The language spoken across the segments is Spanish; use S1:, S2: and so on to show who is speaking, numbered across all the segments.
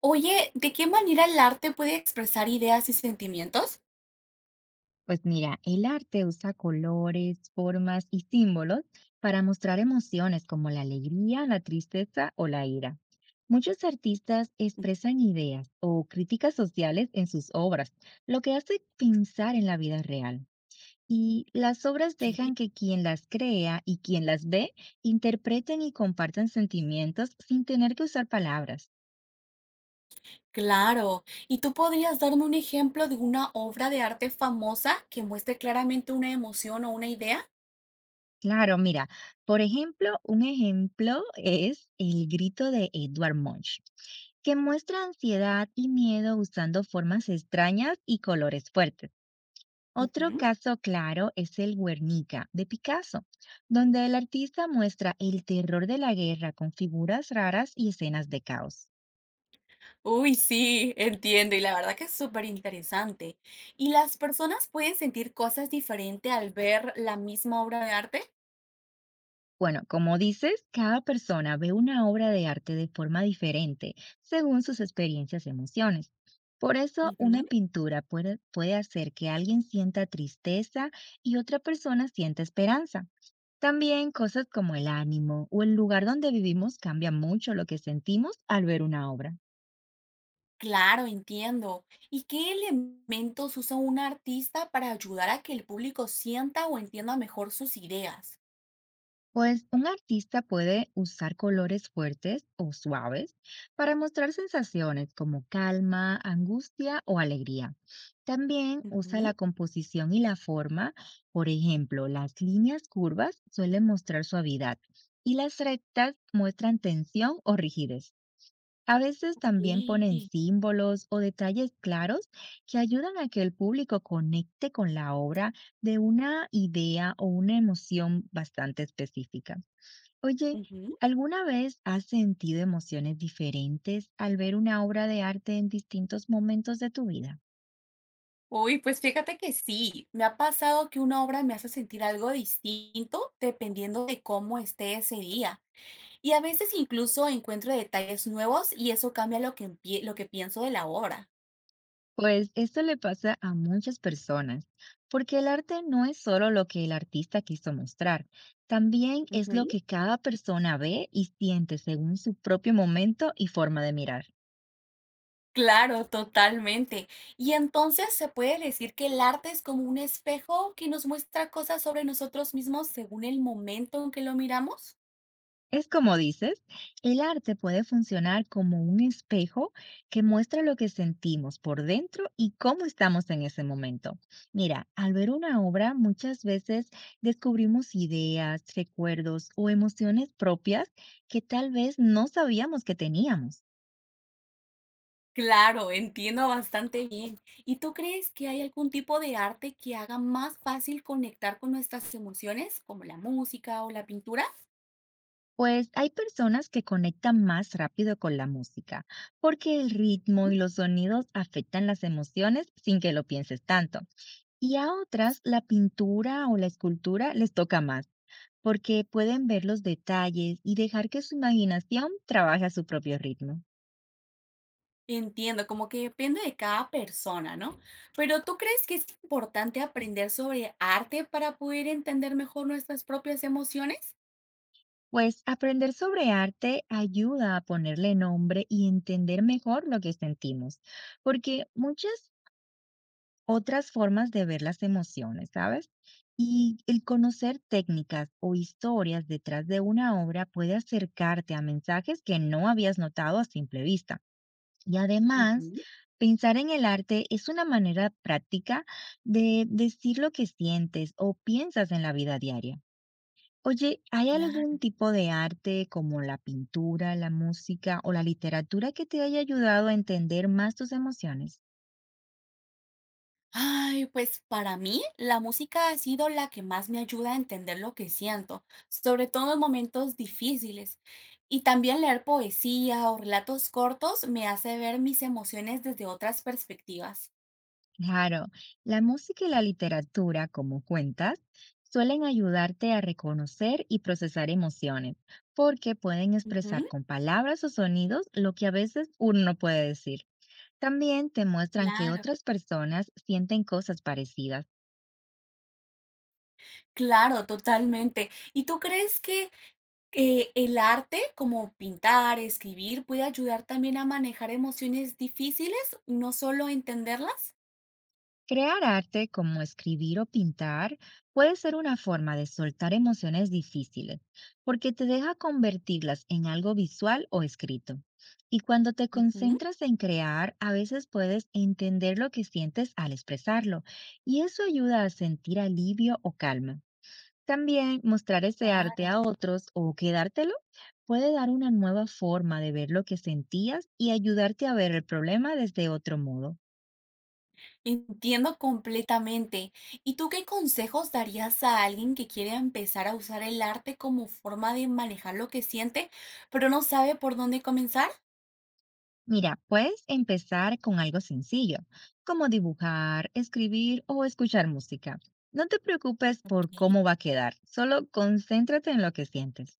S1: Oye, ¿de qué manera el arte puede expresar ideas y sentimientos?
S2: Pues mira, el arte usa colores, formas y símbolos para mostrar emociones como la alegría, la tristeza o la ira. Muchos artistas
S1: Mm,
S2: expresan ideas o críticas sociales en sus obras, lo que hace pensar en la vida real. Y las obras
S1: ok.
S2: dejan que quien las crea y quien las ve interpreten y compartan sentimientos sin tener que usar palabras.
S1: Claro. ¿Y tú podrías darme un ejemplo de una obra de arte famosa que muestre claramente una emoción o una idea?
S2: Claro, mira, por ejemplo, un ejemplo es el grito de Edward Munch, que muestra ansiedad y miedo usando formas extrañas y colores fuertes. Otro
S1: Ujú.
S2: caso claro es el Guernica de Picasso, donde el artista muestra el terror de la guerra con figuras raras y escenas de caos.
S1: Uy, sí, entiendo. Y la verdad que es súper interesante. ¿Y las personas pueden sentir cosas diferentes al ver la misma obra de arte?
S2: Bueno, como dices, cada persona ve una obra de arte de forma diferente según sus experiencias y emociones. Por eso, una
S1: Ujú.
S2: pintura puede hacer que alguien sienta tristeza y otra persona sienta esperanza. También cosas como el ánimo o el lugar donde vivimos cambian mucho lo que sentimos al ver una obra.
S1: Claro, entiendo. ¿Y qué elementos usa un artista para ayudar a que el público sienta o entienda mejor sus ideas?
S2: Pues un artista puede usar colores fuertes o suaves para mostrar sensaciones como calma, angustia o alegría. También usa la
S1: Ujú.
S2: composición y la forma. Por ejemplo, las líneas curvas suelen mostrar suavidad y las rectas muestran tensión o rigidez. A veces también ponen
S1: Sí.
S2: símbolos o detalles claros que ayudan a que el público conecte con la obra de una idea o una emoción bastante específica. Oye,
S1: Ujú.
S2: ¿alguna vez has sentido emociones diferentes al ver una obra de arte en distintos momentos de tu vida?
S1: Uy, pues fíjate que sí, me ha pasado que una obra me hace sentir algo distinto dependiendo de cómo esté ese día. Y a veces incluso encuentro detalles nuevos y eso cambia lo que pienso de la obra.
S2: Pues esto le pasa a muchas personas, porque el arte no es solo lo que el artista quiso mostrar, también es lo
S1: Ujú.
S2: que cada persona ve y siente según su propio momento y forma de mirar.
S1: Claro, totalmente. Y entonces se puede decir que el arte es como un espejo que nos muestra cosas sobre nosotros mismos según el momento en que lo miramos.
S2: Es como dices, el arte puede funcionar como un espejo que muestra lo que sentimos por dentro y cómo estamos en ese momento. Mira, al ver una obra muchas veces descubrimos ideas, recuerdos o emociones propias que tal vez no sabíamos que teníamos.
S1: Claro, entiendo bastante bien. ¿Y tú crees que hay algún tipo de arte que haga más fácil conectar con nuestras emociones, como la música o la pintura?
S2: Pues hay personas que conectan más rápido con la música, porque el ritmo y
S1: Ujú.
S2: los sonidos afectan las emociones sin que lo pienses tanto. Y a otras, la pintura o la escultura les toca más, porque pueden ver los detalles y dejar que su imaginación trabaje a su propio ritmo.
S1: Entiendo, como que depende de cada persona, ¿no? Pero ¿tú crees que es importante aprender sobre arte para poder entender mejor nuestras propias emociones?
S2: Pues aprender sobre arte ayuda a ponerle nombre y entender mejor lo que sentimos, porque muchas otras formas de ver las emociones, ¿sabes? Y el conocer técnicas o historias detrás de una obra puede acercarte a mensajes que no habías notado a simple vista. Y además,
S1: Ujú.
S2: pensar en el arte es una manera práctica de decir lo que sientes o piensas en la vida diaria. Oye, ¿hay algún
S1: Claro.
S2: tipo de arte como la pintura, la música o la literatura que te haya ayudado a entender más tus emociones?
S1: Ay, pues para mí la música ha sido la que más me ayuda a entender lo que siento, sobre todo en momentos difíciles. Y también leer poesía o relatos cortos me hace ver mis emociones desde otras perspectivas.
S2: Claro, la música y la literatura, como cuentas, suelen ayudarte a reconocer y procesar emociones, porque pueden expresar
S1: Ujú,
S2: con palabras o sonidos lo que a veces uno no puede decir. También te muestran que
S1: claro,
S2: otras personas sienten cosas parecidas.
S1: claro, totalmente. ¿Y tú crees que el arte, como pintar, escribir, puede ayudar también a manejar emociones difíciles, no solo entenderlas?
S2: Crear arte como escribir o pintar puede ser una forma de soltar emociones difíciles, porque te deja convertirlas en algo visual o escrito. Y cuando te
S1: Ujú,
S2: concentras en crear, a veces puedes entender lo que sientes al expresarlo, y eso ayuda a sentir alivio o calma. También mostrar ese arte
S1: claro.
S2: a otros o quedártelo puede dar una nueva forma de ver lo que sentías y ayudarte a ver el problema desde otro modo.
S1: Entiendo completamente. ¿Y tú qué consejos darías a alguien que quiere empezar a usar el arte como forma de manejar lo que siente, pero no sabe por dónde comenzar?
S2: Mira, puedes empezar con algo sencillo, como dibujar, escribir o escuchar música. No te preocupes por
S1: Sí.
S2: cómo va a quedar, solo concéntrate en lo que sientes.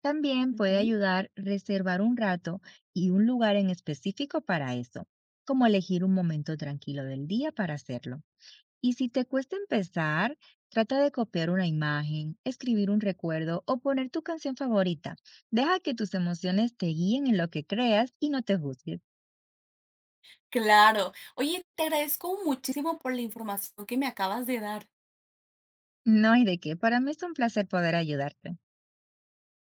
S2: También puede
S1: Ujú.
S2: ayudar reservar un rato y un lugar en específico para eso, como elegir un momento tranquilo del día para hacerlo. Y si te cuesta empezar, trata de copiar una imagen, escribir un recuerdo o poner tu canción favorita. Deja que tus emociones te guíen en lo que creas y no te juzgues.
S1: Claro. Oye, te agradezco muchísimo por la información que me acabas de dar.
S2: No hay de qué, para mí es un placer poder ayudarte.